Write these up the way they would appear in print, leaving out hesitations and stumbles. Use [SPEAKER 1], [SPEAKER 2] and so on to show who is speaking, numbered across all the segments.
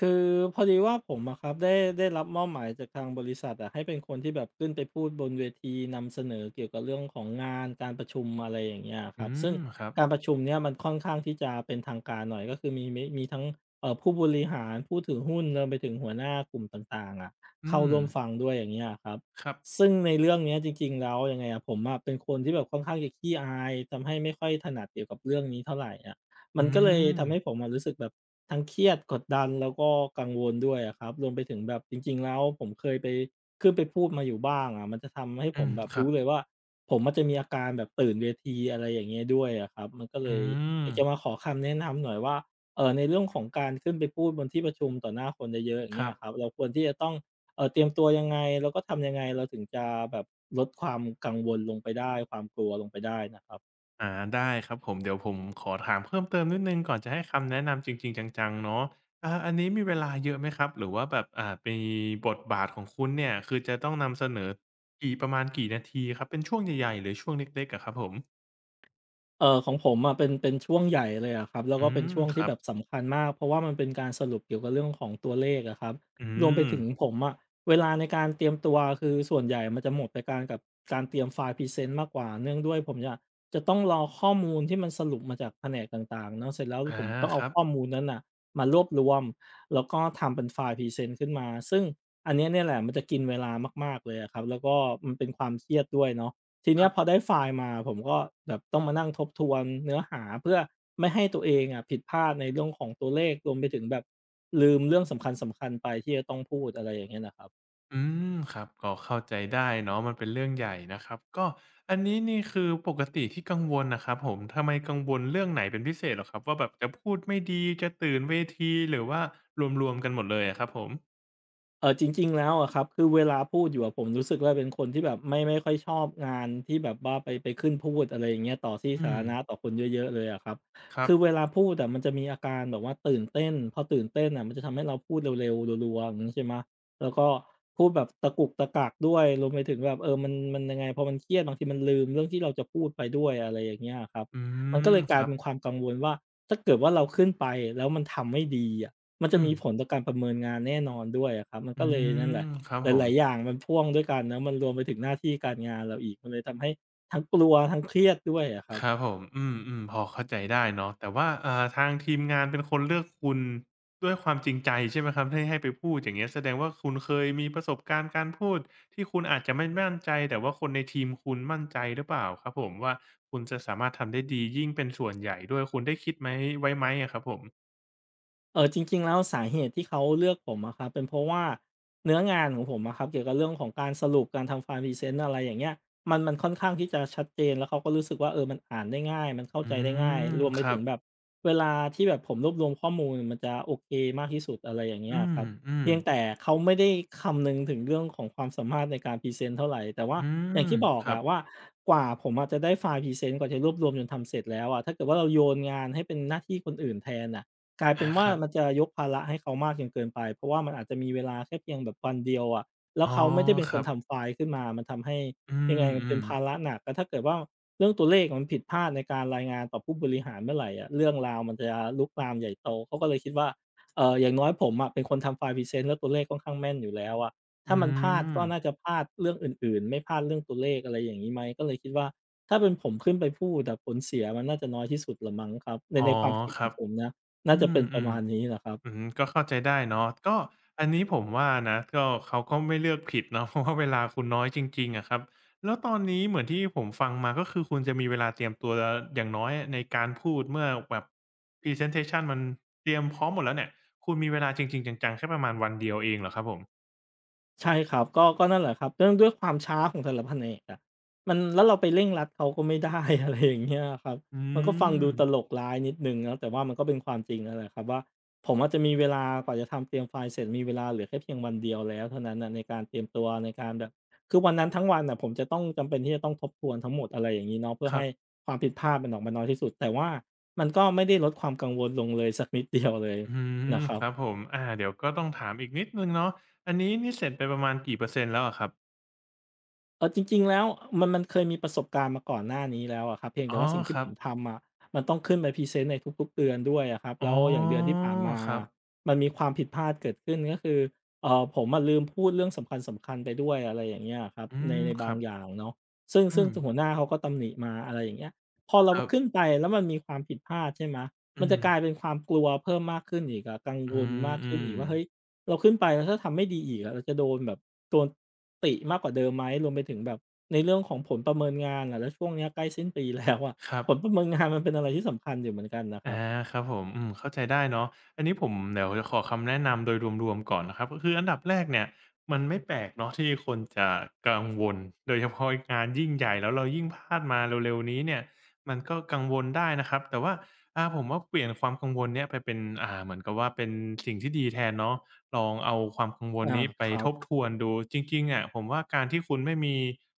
[SPEAKER 1] คือพอดีว่าผมอะครับได้รับมอบหมายจากทางบริษัทอะให้เป็นคนที่แบบขึ้นไปพูดบนเวทีนำเสนอเกี่ยวกับเรื่องของงานการประชุมอะไรอย่างเงี้ยค
[SPEAKER 2] อื
[SPEAKER 1] รับซึ่ง
[SPEAKER 2] มครับ
[SPEAKER 1] การประชุมเนี่ยมันค่อนข้างที่จะเป็นทางการหน่อยก็คือมีทั้งผู้บริหารผู้ถือหุ้นรวมไปถึงหัวหน้ากลุ่มต่างๆอะ
[SPEAKER 2] อื
[SPEAKER 1] เข้า
[SPEAKER 2] ม
[SPEAKER 1] ร่วมฟังด้วยอย่างเงี้ยครับ
[SPEAKER 2] ครับ
[SPEAKER 1] ซึ่งในเรื่องเนี้ยจริงๆแล้วยังไงอะผมอะเป็นคนที่แบบค่อนข้างจะขี้อายทำให้ไม่ค่อยถนัดเกี่ยวกับเรื่องนี้เท่าไหรอะ มัน
[SPEAKER 2] อื
[SPEAKER 1] ก็เลย
[SPEAKER 2] ม
[SPEAKER 1] ทำให้ผมอะรู้สึกแบบทั้งเครียดกดดันแล้วก็กังวลด้วยอะครับรวมไปถึงแบบจริงๆแล้วผมเคยไปขึ้นไปพูดมาอยู่บ้างอะมันจะทำให้ผ
[SPEAKER 2] อื
[SPEAKER 1] ม
[SPEAKER 2] ม
[SPEAKER 1] แบบ
[SPEAKER 2] ครับ
[SPEAKER 1] รู้เลยว่าผมอะจะมีอาการแบบตื่นเวทีอะไรอย่างเงี้ยด้วยอะครับมันก็เล
[SPEAKER 2] อื
[SPEAKER 1] ยอ
[SPEAKER 2] ม
[SPEAKER 1] ยากจะมาขอคำแนะนำหน่อยว่าในเรื่องของการขึ้นไปพูดบนที่ประชุมต่อหน้าคนเยอะๆอย่าง
[SPEAKER 2] ค
[SPEAKER 1] เงี้
[SPEAKER 2] รั
[SPEAKER 1] ยครับ
[SPEAKER 2] บ
[SPEAKER 1] เราควรที่จะต้องเตรียมตัวยังไงแล้วก็ทำยังไงเราถึงจะแบบลดความกังวลลงไปได้ความกลัวลงไปได้นะครับ
[SPEAKER 2] อาได้ครับผมเดี๋ยวผมขอถามเพิ่มเติมนิดหนึ่งก่อนจะให้คำแนะนำจริงๆจังๆเนาะอาอันนี้มีเวลาเยอะไหมครับหรือว่าแบบมีบทบาทของคุณเนี่ยคือจะต้องนำเสนอกี่ประมาณกี่นาทีครับเป็นช่วงใหญ่ๆหรือช่วงเล็กๆอะครับผม
[SPEAKER 1] ของผมอะเป็นช่วงใหญ่เลยอะครับแล้ว
[SPEAKER 2] อื
[SPEAKER 1] ก็เป็น
[SPEAKER 2] ม
[SPEAKER 1] ช่วง
[SPEAKER 2] ค
[SPEAKER 1] ที่
[SPEAKER 2] รับ
[SPEAKER 1] แบบสำคัญมากเพราะว่ามันเป็นการสรุปเกี่ยวกับเรื่องของตัวเลขอะครับ
[SPEAKER 2] อื
[SPEAKER 1] รวมไป
[SPEAKER 2] ม
[SPEAKER 1] ถึงผมอะเวลาในการเตรียมตัวคือส่วนใหญ่มันจะหมดไปการกับการเตรียมไฟล์พรีเซนต์มากกว่าเนื่องด้วยผมเนี่ยจะต้องรอข้อมูลที่มันสรุปมาจากแผนกต่างๆเนาะเสร็จแล้ว
[SPEAKER 2] อา
[SPEAKER 1] ผมต้อง
[SPEAKER 2] ค
[SPEAKER 1] เอา
[SPEAKER 2] รับ
[SPEAKER 1] ข้อมูลนั้นน่ะมารวบรวมแล้วก็ทำเป็นไฟล์พรีเซนต์ขึ้นมาซึ่งอันเนี้ยเนี่ยแหละมันจะกินเวลามากๆเลยอะครับแล้วก็มันเป็นความเครียดด้วยเนาะ ที
[SPEAKER 2] ค
[SPEAKER 1] เนี้
[SPEAKER 2] รั
[SPEAKER 1] ย
[SPEAKER 2] บ
[SPEAKER 1] พอได้ไฟล์มาผมก็แบบต้องมานั่งทบทวนเนื้อหาเพื่อไม่ให้ตัวเองอะผิดพลาดในเรื่องของตัวเลขรวมไปถึงแบบลืมเรื่องสำคัญสำคัญไปที่จะต้องพูดอะไรอย่างเงี้ยนะครับ
[SPEAKER 2] อืมครับก็เข้าใจได้เนาะมันเป็นเรื่องใหญ่นะครับก็อันนี้นี่คือปกติที่กังวลนะครับผมทำไมกังวลเรื่องไหนเป็นพิเศษเหรอครับว่าแบบจะพูดไม่ดีจะตื่นเวทีหรือว่ารวมๆกันหมดเลยอะครับผม
[SPEAKER 1] เออจริงๆแล้วอะครับคือเวลาพูดอยู่อะผมรู้สึกว่าเป็นคนที่แบบไม่ค่อยชอบงานที่แบบว่าไปขึ้นพูดอะไรอย่างเงี้ยต่อที่
[SPEAKER 2] อื
[SPEAKER 1] สา
[SPEAKER 2] ม
[SPEAKER 1] ธารณะต่อคนเยอะๆเลยอะครับ
[SPEAKER 2] ครับ
[SPEAKER 1] คือเวลาพูดแต่มันจะมีอาการแบบว่าตื่นเต้นพอตื่นเต้นอ่ะมันจะทำให้เราพูดเร็วๆรัวๆอย่างงี้ใช่ไหมแล้วก็พูดแบบตะกุกตะกักด้วยรวมไปถึงแบบเออมันยังไงพอมันเครียดบางทีมันลืมเรื่องที่เราจะพูดไปด้วยอะไรอย่างเงี้ยครับ
[SPEAKER 2] อื
[SPEAKER 1] มันก็
[SPEAKER 2] ม
[SPEAKER 1] เลยก
[SPEAKER 2] ค
[SPEAKER 1] ลาย
[SPEAKER 2] รับ
[SPEAKER 1] เป็นความกังวลว่าถ้าเกิดว่าเราขึ้นไปแล้วมันทำไม่ดีอะ มันจะ
[SPEAKER 2] อืม
[SPEAKER 1] มีผลต่อการประเมินงานแน่นอนด้วยอะครับ มัน
[SPEAKER 2] อื
[SPEAKER 1] ก็เลยนั่นแห
[SPEAKER 2] ม
[SPEAKER 1] ละ
[SPEAKER 2] ครับผ
[SPEAKER 1] ห
[SPEAKER 2] ม
[SPEAKER 1] ลายๆอย่างมันพ่วงด้วยกันนะมันรวมไปถึงหน้าที่การงานเราอีก มันเลยทำให้ทั้งกลัวทั้งเครียดด้วยอะครับ
[SPEAKER 2] ครับผมอืมอืมพอเข้าใจได้เนาะแต่ว่าทางทีมงานเป็นคนเลือกคุณด้วยความจริงใจใช่ไหมครับให้ไปพูดอย่างเงี้ยแสดงว่าคุณเคยมีประสบการณ์การพูดที่คุณอาจจะไม่มั่นใจแต่ว่าคนในทีมคุณมั่นใจหรือเปล่าครับผมว่าคุณจะสามารถทำได้ดียิ่งเป็นส่วนใหญ่ด้วยคุณได้คิดไหมไว้ไหมอะครับผม
[SPEAKER 1] เออจริงๆแล้วสาเหตุที่เขาเลือกผมอะครับเป็นเพราะว่าเนื้องานของผมอะครับเกี่ยวกับเรื่องของการสรุปการทำไฟล์พรีเซนต์อะไรอย่างเงี้ยมันค่อนข้างที่จะชัดเจนแล้วเขาก็รู้สึกว่าเออมันอ่านได้ง่ายมันเข้า
[SPEAKER 2] อื
[SPEAKER 1] ใจได้ง่าย
[SPEAKER 2] ม
[SPEAKER 1] รวมไป
[SPEAKER 2] ครั
[SPEAKER 1] ถึ
[SPEAKER 2] บ
[SPEAKER 1] งแบบเวลาที่แบบผมรวบรวมข้อมูลมันจะโอเคมากที่สุดอะไรอย่างเงี้
[SPEAKER 2] อื
[SPEAKER 1] ย
[SPEAKER 2] ม
[SPEAKER 1] ครับ
[SPEAKER 2] อืม
[SPEAKER 1] เพียงแต่เขาไม่ได้คำนึงถึงเรื่องของความสามารถในการพรีเซนต์เท่าไหรแต่ว่า
[SPEAKER 2] อื
[SPEAKER 1] อ
[SPEAKER 2] ม
[SPEAKER 1] ย่างที่บอก
[SPEAKER 2] ครับ
[SPEAKER 1] อะว่ากว่าผมอาจจะได้ไฟล์พรีเซนต์กว่าจะรวบรวมจนทำเสร็จแล้วอะถ้าเกิดว่าเราโยนงานให้เป็นหน้าที่คนอื่นแทนอะ กลายเป็
[SPEAKER 2] อา
[SPEAKER 1] น
[SPEAKER 2] ค
[SPEAKER 1] ว่า
[SPEAKER 2] รั
[SPEAKER 1] มัน
[SPEAKER 2] บ
[SPEAKER 1] จะยกภาระให้เขามากจนเกินไปเพราะว่ามันอาจจะมีเวลาแค่เพียงแบบวันเดียวอะแล้ว
[SPEAKER 2] อ๋อ
[SPEAKER 1] เขาไม่ได้เป็น
[SPEAKER 2] ค
[SPEAKER 1] คน
[SPEAKER 2] รับ
[SPEAKER 1] ทำไฟล์ขึ้นมามันทำให้
[SPEAKER 2] อื
[SPEAKER 1] ยังไงมันเป็น
[SPEAKER 2] มๆ
[SPEAKER 1] ภาระหนักแล้วถ้าเกิดว่าเรื่องตัวเลขมันผิดพลาดในการรายงานต่อผู้บริหารเมื่อไรอะเรื่องราวมันจะลุกลามใหญ่โตเขาก็เลยคิดว่าอย่างน้อยผมอะเป็นคนทำไฟล์พรีเซนต์แล้วตัวเลขค่อนข้างแม่นอยู่แล้วอะ
[SPEAKER 2] อื
[SPEAKER 1] ถ้ามันพลาด
[SPEAKER 2] ม
[SPEAKER 1] ก็น่าจะพลาดเรื่องอื่นๆไม่พลาดเรื่องตัวเลขอะไรอย่างงี้ไหมก็เลยคิดว่าถ้าเป็นผมขึ้นไปพูดอะผลเสียมันน่าจะน้อยที่สุดแหละมั้งครับใน
[SPEAKER 2] อ๋อ
[SPEAKER 1] ความคิด
[SPEAKER 2] ค
[SPEAKER 1] ขอ
[SPEAKER 2] รั
[SPEAKER 1] ง
[SPEAKER 2] บ
[SPEAKER 1] ผมนะ น่า
[SPEAKER 2] อื
[SPEAKER 1] จะเป็
[SPEAKER 2] ม
[SPEAKER 1] นประมาณนี้แหละครั
[SPEAKER 2] ๆ อื
[SPEAKER 1] บ
[SPEAKER 2] มก็เข้าใจได้เนาะก็อันนี้ผมว่านะก็เขาก็ไม่เลือกผิดเนาะ เพราะว่าเวลาคุณน้อยจริงๆอะครับแล้วตอนนี้เหมือนที่ผมฟังมาก็คือคุณจะมีเวลาเตรียมตัวอย่างน้อยในการพูดเมื่อแบบ presentation มันเตรียมพร้อมหมดแล้วเนี่ยคุณมีเวลาจริงๆจังๆแค่ประมาณวันเดียวเองเหรอครับผม
[SPEAKER 1] ใช่ครับก็นั่นแหละครับเรื่องด้วยความช้าของแต่ละแผนกอะมันแล้วเราไปเร่งรัดเขาก็ไม่ได้ อะไรอย่างเงี้ยอะครับ
[SPEAKER 2] อื
[SPEAKER 1] มันก็ฟัง
[SPEAKER 2] ม
[SPEAKER 1] ดูตลกร้ายนิดหนึ่งเนาะแต่ว่ามันก็เป็นความจริงนั่นแหละครับว่าผมอาจจะมีเวลากว่าจะทำเตรียมไฟล์เสร็จมีเวลาเหลือแค่เพียงวันเดียวแล้วเท่านั้นน่ะในการเตรียมตัวในการแบบคือวันนั้นทั้งวันน่ะผมจะต้องจำเป็นที่จะต้องทบทวนทั้งหมดอะไรอย่างงี้เนาะเพื่อ
[SPEAKER 2] ครั
[SPEAKER 1] ให้
[SPEAKER 2] บ
[SPEAKER 1] ความผิดพลาดมันออกมาน้อยที่สุดแต่ว่ามันก็ไม่ได้ลดความกังวลลงเลยสักนิดเดียวเลย
[SPEAKER 2] อืม
[SPEAKER 1] นะครั
[SPEAKER 2] ค
[SPEAKER 1] บ
[SPEAKER 2] รับผมอาเดี๋ยวก็ต้องถามอีกนิดหนึ่งเนาะอันนี้นี่เสร็จไปประมาณกี่เปอร์เซ็นต์แล้วอะครับ
[SPEAKER 1] เออจริงๆแล้วมันเคยมีประสบการณ์มาก่อนหน้านี้แล้วอะครับเพียงแต่
[SPEAKER 2] อ๋อ
[SPEAKER 1] ว่าสิ่ง
[SPEAKER 2] ค
[SPEAKER 1] ที่ผ
[SPEAKER 2] รับ
[SPEAKER 1] มทำอะมันต้องขึ้นไปพรีเซนต์ในทุกๆเดือนด้วยอะครับ
[SPEAKER 2] อ๋อ
[SPEAKER 1] แล้วอย่างเดือนที่ผ่านมา
[SPEAKER 2] ครับ
[SPEAKER 1] มันมีความผิดพลาดเกิดขึ้นก็คือผมอะลืมพูดเรื่องสำคัญๆไปด้วยอะไรอย่างเงี้ยอะครับ
[SPEAKER 2] อื
[SPEAKER 1] ใน
[SPEAKER 2] ม
[SPEAKER 1] ใน
[SPEAKER 2] ค
[SPEAKER 1] บา
[SPEAKER 2] รั
[SPEAKER 1] ง
[SPEAKER 2] บ
[SPEAKER 1] อย่างเนาะซึ่ง
[SPEAKER 2] อื
[SPEAKER 1] ซึ่ง
[SPEAKER 2] ม
[SPEAKER 1] ทหัวหน้าเขาก็ตำหนิมาอะไรอย่างเงี้ยพอเรา
[SPEAKER 2] ครับ
[SPEAKER 1] ขึ้นไปแล้วมันมีความผิดพลาดใช่ไหม
[SPEAKER 2] อื
[SPEAKER 1] มันจะ
[SPEAKER 2] ม
[SPEAKER 1] กลายเป็นความกลัวเพิ่มมากขึ้นอีกอะกังว
[SPEAKER 2] อื
[SPEAKER 1] ล
[SPEAKER 2] ม
[SPEAKER 1] มาก
[SPEAKER 2] อื
[SPEAKER 1] ขึ้น
[SPEAKER 2] ม
[SPEAKER 1] อีกว่าเฮ้ย เราขึ้นไปแล้วถ้าทำไม่ดีอีกอะเราจะโดนแบบโดนติมากกว่าเดิมไหมรวมไปถึงแบบในเรื่องของผลประเมินงานอะแล้วช่วงเนี้ยใกล้สิ้นปีแล้วอะ
[SPEAKER 2] ครั
[SPEAKER 1] ผลประ
[SPEAKER 2] บ
[SPEAKER 1] เมินงานมันเป็นอะไรที่สำคัญอยู่เหมือนกันนะครับ
[SPEAKER 2] อาครับผมอืมเข้าใจได้เนาะอันนี้ผมเดี๋ยวจะขอคำแนะนำโดยรวมๆก่อนนะครับก็คืออันดับแรกเนี่ย มันไม่แปลกเนาะที่คนจะกังวลโดยเฉพาะงานยิ่งใหญ่แล้วเรายิ่งพลาดมาเร็วๆนี้เนี่ยมันก็กังวลได้นะครับแต่ว่าผมว่าเปลี่ยนความกังวลเนี้ยไปเป็นเหมือนกับว่าเป็นสิ่งที่ดีแทนเนาะ ลองเอาความกังวล
[SPEAKER 1] อา
[SPEAKER 2] นี้ไป
[SPEAKER 1] ครั
[SPEAKER 2] ท
[SPEAKER 1] บ
[SPEAKER 2] บทวนดูจริงๆอะผมว่าการที่คุณไม่มี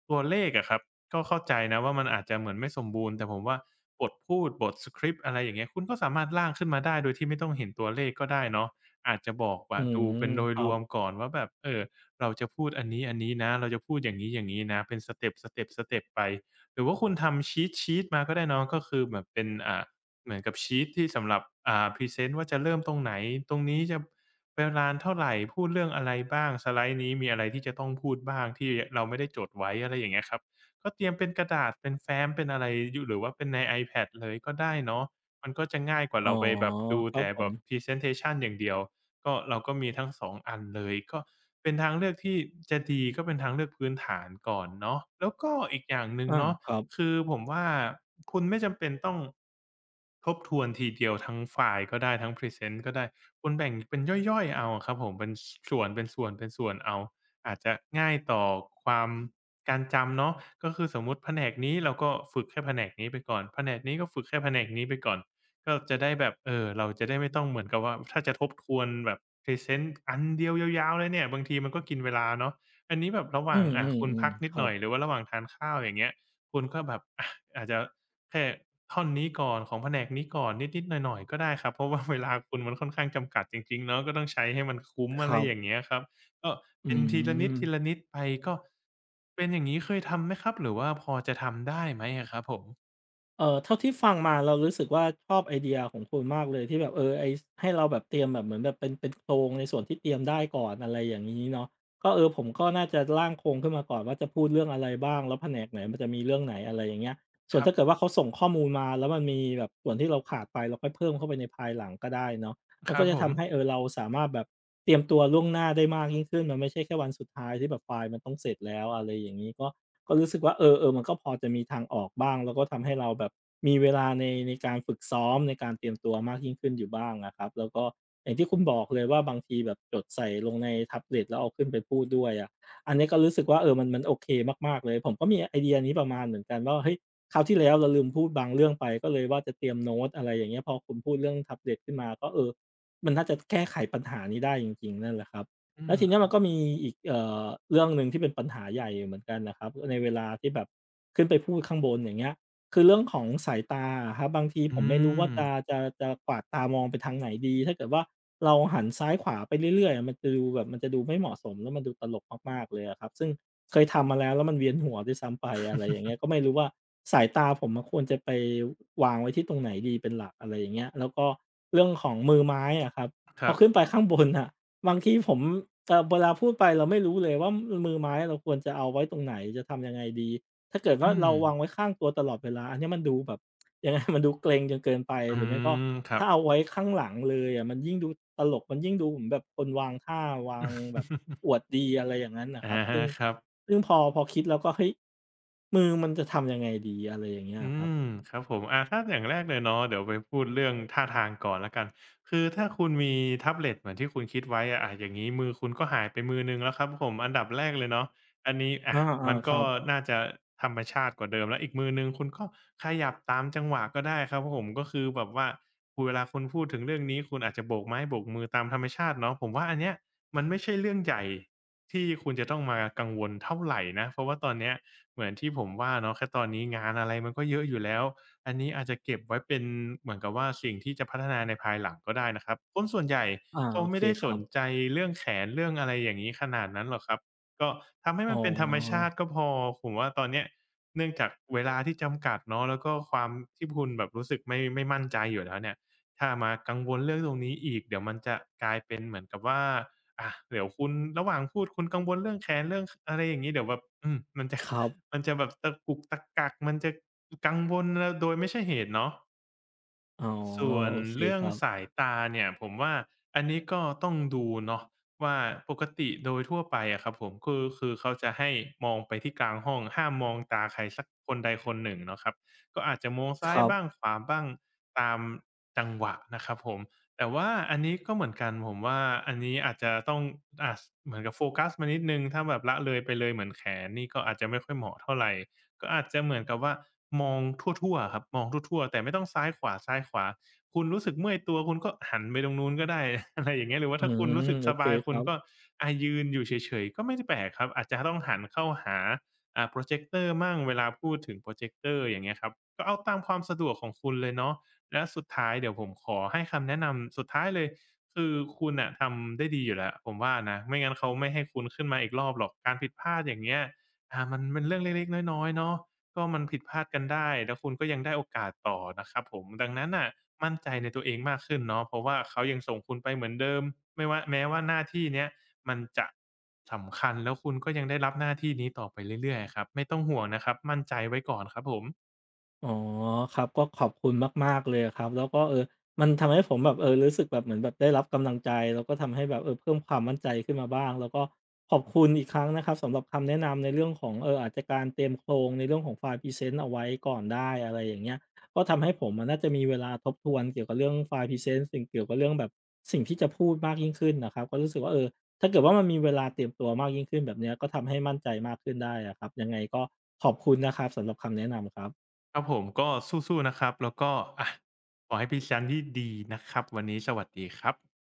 [SPEAKER 2] ตัวเลขอะครับก็เข้าใจนะว่ามันอาจจะเหมือนไม่สมบูรณ์แต่ผมว่าบทพูดบทสคริปต์อะไรอย่างเงี้ยคุณก็สามารถร่างขึ้นมาได้โดยที่ไม่ต้องเห็นตัวเลขก็ได้เนาะอาจจะบอก
[SPEAKER 1] อื
[SPEAKER 2] ว่า
[SPEAKER 1] ม
[SPEAKER 2] ดูเป็นโด
[SPEAKER 1] ค
[SPEAKER 2] ย
[SPEAKER 1] รั
[SPEAKER 2] รวม
[SPEAKER 1] บ
[SPEAKER 2] ก่อนว่าแบบเราจะพูดอันนี้ๆนะเราจะพูดอย่างงี้ๆนะเป็นสเต็ปสเต็ปสเต็ปไปหรือว่าคุณทำชีตชีตมาก็ได้เนาะก็คือแบบเป็นเหมือนกับชีตที่สำหรับพรีเซนต์ว่าจะเริ่มตรงไหนตรงนี้จะ ไปร้านเท่าไรพูดเรื่องอะไรบ้างสไลด์นี้มีอะไรที่จะต้องพูดบ้างที่เราไม่ได้จดไว้อะไรอย่างเงี้ยครับก็เตรียมเป็นกระดาษเป็นแฟ้มเป็นอะไรยุหรือว่าเป็นใน iPad เลยก็ได้เนาะมันก็จะง่ายกว่า
[SPEAKER 1] อ๋อ
[SPEAKER 2] เราไปแบบดู
[SPEAKER 1] ครับ
[SPEAKER 2] แต่
[SPEAKER 1] ผ
[SPEAKER 2] แบ
[SPEAKER 1] ม
[SPEAKER 2] บ presentation อย่างเดียว ก็เราก็มีทั้งสองอันเลยก็เป็นทางเลือกที่จะดีก็เป็นทางเลือกพื้นฐานก่อนเนาะแล้วก็อีกอย่างหนึ่ง
[SPEAKER 1] อา
[SPEAKER 2] เนาะ
[SPEAKER 1] ครับ
[SPEAKER 2] คือผมว่าคุณไม่จำเป็นต้องทบทวนทีเดียวทั้งไฟล์ก็ได้ทั้งพรีเซนต์ก็ได้คุณแบ่งเป็นย่อยๆเอาอะครับผมเป็นส่วนเป็นส่วนเป็นส่วนเอาอาจจะง่ายต่อความการจำเนาะก็คือสมมุติแผนกนี้เราก็ฝึกแค่แผนกนี้ไปก่อนแผนกนี้ก็ฝึกแค่แผนกนี้ไปก่อน ก็จะได้แบบเออเราจะได้ไม่ต้องเหมือนกับว่าถ้าจะทบทวนแบบพรีเซนต์อันเดียวยาวๆเลยเนี่ยบางทีมันก็กินเวลาเนาะอันนี้แบบระห
[SPEAKER 1] อื
[SPEAKER 2] ว่าง
[SPEAKER 1] ม
[SPEAKER 2] คุณพัก
[SPEAKER 1] ๆ
[SPEAKER 2] นิ
[SPEAKER 1] ๆ
[SPEAKER 2] ด
[SPEAKER 1] ครั
[SPEAKER 2] หน่
[SPEAKER 1] บ
[SPEAKER 2] อยหรือว่าระหว่างทานข้าวอย่างเงี้ยคุณก็แบบอะอาจจะแค่ท่อนนี้ก่อนของแผนกนี้ก่อนนิดๆหน่อยๆก็ได้ครับเพราะว่าเวลาคุณมันค่อนข้างจำกัดจริงๆเนาะก็ต้องใช้ให้มันคุ้ม
[SPEAKER 1] ค
[SPEAKER 2] อะไร
[SPEAKER 1] รับ
[SPEAKER 2] อย่างเงี้ยครับก็
[SPEAKER 1] อื
[SPEAKER 2] เป็นทีละน
[SPEAKER 1] ม
[SPEAKER 2] ิดๆไปก็เป็นอย่างงี้เคยทำไหมครับหรือว่าพอจะทำได้ไหมอะครับผม
[SPEAKER 1] เออเท่าที่ฟังมาเรารู้สึกว่าชอบไอเดียของคุณมากเลยที่แบบเออไอให้เราแบบเตรียมแบบเหมือนแบบเป็นโครงในส่วนที่เตรียมได้ก่อนอะไรอย่างนี้เนาะก็เออผมก็น่าจะร่างโครงขึ้นมาก่อนว่าจะพูดเรื่องอะไรบ้างแล้วแผนกไหนมันจะมีเรื่องไหนอะไรอย่างเงี้ยส่
[SPEAKER 2] ค
[SPEAKER 1] วน
[SPEAKER 2] รับ
[SPEAKER 1] ถ้าเกิดว่าเขาส่งข้อมูลมาแล้วมันมีแบบส่วนที่เราขาดไปเราค่อยเพิ่มเข้าไปในภายหลังก็ได้เนาะมั
[SPEAKER 2] ค
[SPEAKER 1] น
[SPEAKER 2] รั
[SPEAKER 1] ก็
[SPEAKER 2] บ
[SPEAKER 1] จะ
[SPEAKER 2] ผม
[SPEAKER 1] ทำให้เออเราสามารถแบบเตรียมตัวล่วงหน้าได้มากยิ่งขึ้นมันไม่ใช่แค่วันสุดท้ายที่แบบไฟล์มันต้องเสร็จแล้วอะไรอย่างนี้ก็ ก็รู้สึกว่าเออมันก็พอจะมีทางออกบ้างแล้วก็ทำให้เราแบบมีเวลาในการฝึกซ้อมในการเตรียมตัวมากยิ่งขึ้นอยู่บ้างอะครับแล้วก็อย่างที่คุณบอกเลยว่าบางทีแบบจดใส่ลงในแท็บเล็ตแล้วเอาขึ้นไปพูดด้วยอะอันนี้ก็รู้สึกว่าเออมันโอเคมากๆเลยผมก็มีไอเดียนี้ประมาณเหมือนกันว่าเฮ้ยคราวที่แล้วเราลืมพูดบางเรื่องไปก็เลยว่าจะเตรียมโน้ตอะไรอย่างเงี้ยพอคุณพูดเรื่องแท็บเล็ตขึ้นมาก็เออมันน่าจะแก้ไขปัญหานี้ได้จริงๆนั่นแหละครับ
[SPEAKER 2] อื
[SPEAKER 1] แล้วทีเนี้ยมั
[SPEAKER 2] ม
[SPEAKER 1] นก็มีอีกเรื่องหนึ่งที่เป็นปัญหาใหญ่เหมือนกันนะครับในเวลาที่แบบขึ้นไปพูดข้างบนอย่างเงี้ยคือเรื่องของสายตาอะครับบางที
[SPEAKER 2] อื
[SPEAKER 1] ผมไม่รู้ว่า
[SPEAKER 2] ม
[SPEAKER 1] จะกวาดตามองไปทางไหนดีถ้าเกิดว่าเราหันซ้ายขวาไปเรื่อยๆอะมันจะดูแบบมันจะดูไม่เหมาะสมแล้วมันดูตลกมากๆเลยอะครับซึ่งเคยทำมาแล้วแล้วมันเวียนหัวด้วยซ้ำไปอะไรอย่างเงี้ย ก็ไม่รู้ว่าสายตาผมมันควรจะไปวางไว้ที่ตรงไหนดีเป็นหลักอะไรอย่างเงี้ยแล้วก็เรื่องของมือไม้อะครับ
[SPEAKER 2] ค
[SPEAKER 1] พอ
[SPEAKER 2] รับ
[SPEAKER 1] ขึ้นไปข้างบนอะ บางทีผมเวลาพูดไปเราไม่รู้เลยว่ามือไม้เราควรจะเอาไว้ตรงไหนจะทำยังไงดีถ้าเกิดว่า
[SPEAKER 2] อืม
[SPEAKER 1] เราวางไว้ข้างตัวตลอดเวลาอันเนี้ยมันดูแบบ ยังไงมันดูเกร็งจนเกินไป
[SPEAKER 2] อื
[SPEAKER 1] หรือไม่ก็
[SPEAKER 2] มครับ
[SPEAKER 1] ถ้าเอาไว้ข้างหลังเลยอะมันยิ่งดูตลกมันยิ่งดูเหมือนแบบคนวางท่าวางแบบ อวดดีอะไรอย่างงั้นน่ะ
[SPEAKER 2] อะ
[SPEAKER 1] ครับซึ่ง
[SPEAKER 2] ครับ
[SPEAKER 1] พอคิดแล้วก็เฮ้ยมือมันจะทำยังไงดีอะไรอย่างเงี้ย
[SPEAKER 2] อื
[SPEAKER 1] อะครับ
[SPEAKER 2] มครับผมถ้าอย่างแรกเลยเนาะเดี๋ยวไปพูดเรื่องท่าทางก่อนแล้วกันคือถ้าคุณมีแท็บเล็ตเหมือนที่คุณคิดไว้อะอย่างงี้มือคุณก็หายไปมือหนึ่งแล้วครับผมอันดับแรกเลยเนาะอันนี้
[SPEAKER 1] อา
[SPEAKER 2] มัน
[SPEAKER 1] ๆครั
[SPEAKER 2] ก็
[SPEAKER 1] บ
[SPEAKER 2] น่าจะธรรมชาติกว่าเดิมแล้วอีกมือหนึ่งคุณก็ขยับตามจังหวะก็ได้ครับผมก็คือแบบว่าคุณเวลาคุณพูดถึงเรื่องนี้คุณอาจจะโบกไม้โบกมือตามธรรมชาติเนาะผมว่าอันเนี้ยมันไม่ใช่เรื่องใหญ่ที่คุณจะต้องมากังวลเท่าไรนะเพราะว่าตอนเนี้ย เหมือนที่ผมว่าเนาะแค่ตอนนี้งานอะไรมันก็เยอะอยู่แล้วอันนี้อาจจะเก็บไว้เป็นเหมือนกับว่าสิ่งที่จะพัฒนาในภายหลังก็ได้นะครับคนส่วนใหญ่
[SPEAKER 1] อา
[SPEAKER 2] เขา
[SPEAKER 1] โอเค
[SPEAKER 2] ไม่ได้
[SPEAKER 1] ค
[SPEAKER 2] ส
[SPEAKER 1] รั
[SPEAKER 2] น
[SPEAKER 1] บ
[SPEAKER 2] ใจเรื่องแขนเรื่องอะไรอย่างนี้ขนาดนั้นหรอกครับก็ทำให้
[SPEAKER 1] อ๋อ
[SPEAKER 2] มันเป็นธรรมชาติก็พอผมว่าตอนเนี้ยเนื่องจากเวลาที่จำกัดเนาะแล้วก็ความที่คุณแบบรู้สึกไม่มั่นใจอยู่แล้วเนี่ยถ้ามากังวลเรื่องตรงนี้อีกเดี๋ยวมันจะกลายเป็นเหมือนกับว่าอะเดี๋ยวคุณระหว่างพูดคุณกังวลเรื่องแขนเรื่องอะไรอย่างนี้เดี๋ยวแบบมันจะ
[SPEAKER 1] ครับ
[SPEAKER 2] แบบตะกุกตะกักมันจะกังวลแล้วโดยไม่ใช่เหตุเนาะ
[SPEAKER 1] อ๋อ
[SPEAKER 2] ส่วน
[SPEAKER 1] โอเค
[SPEAKER 2] เรื่อ
[SPEAKER 1] ค
[SPEAKER 2] ง
[SPEAKER 1] รับ
[SPEAKER 2] สายตาเนี่ยผมว่าอันนี้ก็ต้องดูเนาะว่าปกติโดยทั่วไปอะครับผมคือเขาจะให้มองไปที่กลางห้องห้ามมองตาใครสักคนใดคนหนึ่งเนาะครับก็อาจจะมอง
[SPEAKER 1] ค
[SPEAKER 2] ซ้าย
[SPEAKER 1] รับ
[SPEAKER 2] บ้างขวาบ้างตามจังหวะนะครับผมแต่ว่าอันนี้ก็เหมือนกันผมว่าอันนี้อาจจะต้องอ่าสเหมือนกับโฟกัสมานิดหนึ่งถ้าแบบละเลยไปเลยเหมือนแขนนี่ก็อาจจะไม่ค่อยเหมาะเท่าไร ก็อาจจะเหมือนกับว่ามองทั่วๆครับมองทั่วๆแต่ไม่ต้องซ้ายขวาซ้ายขวาคุณรู้สึกเมื่อยตัวคุณก็หันไปตรงนู้นก็ได้ อะไรอย่างเงี้ยหรือว่า
[SPEAKER 1] อื
[SPEAKER 2] ถ้าคุณ
[SPEAKER 1] ม
[SPEAKER 2] รู้สึก
[SPEAKER 1] โอ
[SPEAKER 2] ส
[SPEAKER 1] เค
[SPEAKER 2] บาย
[SPEAKER 1] ค
[SPEAKER 2] คุ
[SPEAKER 1] รั
[SPEAKER 2] ณ
[SPEAKER 1] บ
[SPEAKER 2] ก็ยืนอยู่เฉยๆก็ไม่ได้แปลกครับอาจจะต้องหันเข้าหาโพรเจกเตอร์มั่งเวลาพูดถึงโพรเจกเตอร์อย่างเงี้ยครับก็เอาตามความสะดวกของคุณเลยเนาะแล้วสุดท้ายเดี๋ยวผมขอให้คำแนะนำสุดท้ายเลยคือคุณน่ะทำได้ดีอยู่แล้วผมว่านะไม่งั้นเขาไม่ให้คุณขึ้นมาอีกรอบหรอกการผิดพลาดอย่างเงี้ย มันเป็นเรื่องเล็กๆน้อยๆเนาะก็มันผิดพลาดกันได้แล้วคุณก็ยังได้โอกาสต่อนะครับผมดังนั้นน่ะมั่นใจในตัวเองมากขึ้นเนาะเพราะว่าเขายังส่งคุณไปเหมือนเดิมไม่ว่าแม้ว่าหน้าที่เนี้ยมันจะสำคัญแล้วคุณก็ยังได้รับหน้าที่นี้ต่อไปเรื่อยๆอะครับไม่ต้องห่วงนะครับมั่นใจไว้ก่อนครับผม
[SPEAKER 1] อ๋อครับก็ขอบคุณมากๆเลยครับแล้วก็เออมันทำให้ผมแบบเออรู้สึกแบบเหมือนแบบได้รับกำลังใจแล้วก็ทำให้แบบเออเพิ่มความมั่นใจขึ้นมาบ้างแล้วก็ขอบคุณอีกครั้งนะครับสำหรับคำแนะนำในเรื่องของเอออาจจะการเตรียมโครงในเรื่องของไฟล์พรีเซนต์เอาไว้ก่อนได้อะไรอย่างเงี้ยก็ทำให้ผมอะน่าจะมีเวลาทบทวนเกี่ยวกับเรื่องไฟล์พรีเซนต์สิ่งเกี่ยวกับเรื่องแบบสิ่งที่จะพูดมากยิ่งขึ้นนะครับก็รู้สึกว่าเออถ้าเกิดว่ามันมีเวลาเตรียมตัวมากยิ่งขึ้นแบบเนี้ยก็ทำให้มั่นใจมากขึ้นได้อะครับยังไงก็ขอบคุณนะครับสำหรับคำแนะนำครับ
[SPEAKER 2] ครับผมก็สู้ๆนะครับแล้วก็อะขอให้พรีเซนต์ที่ดีนะครับวันนี้สวัสดีครับ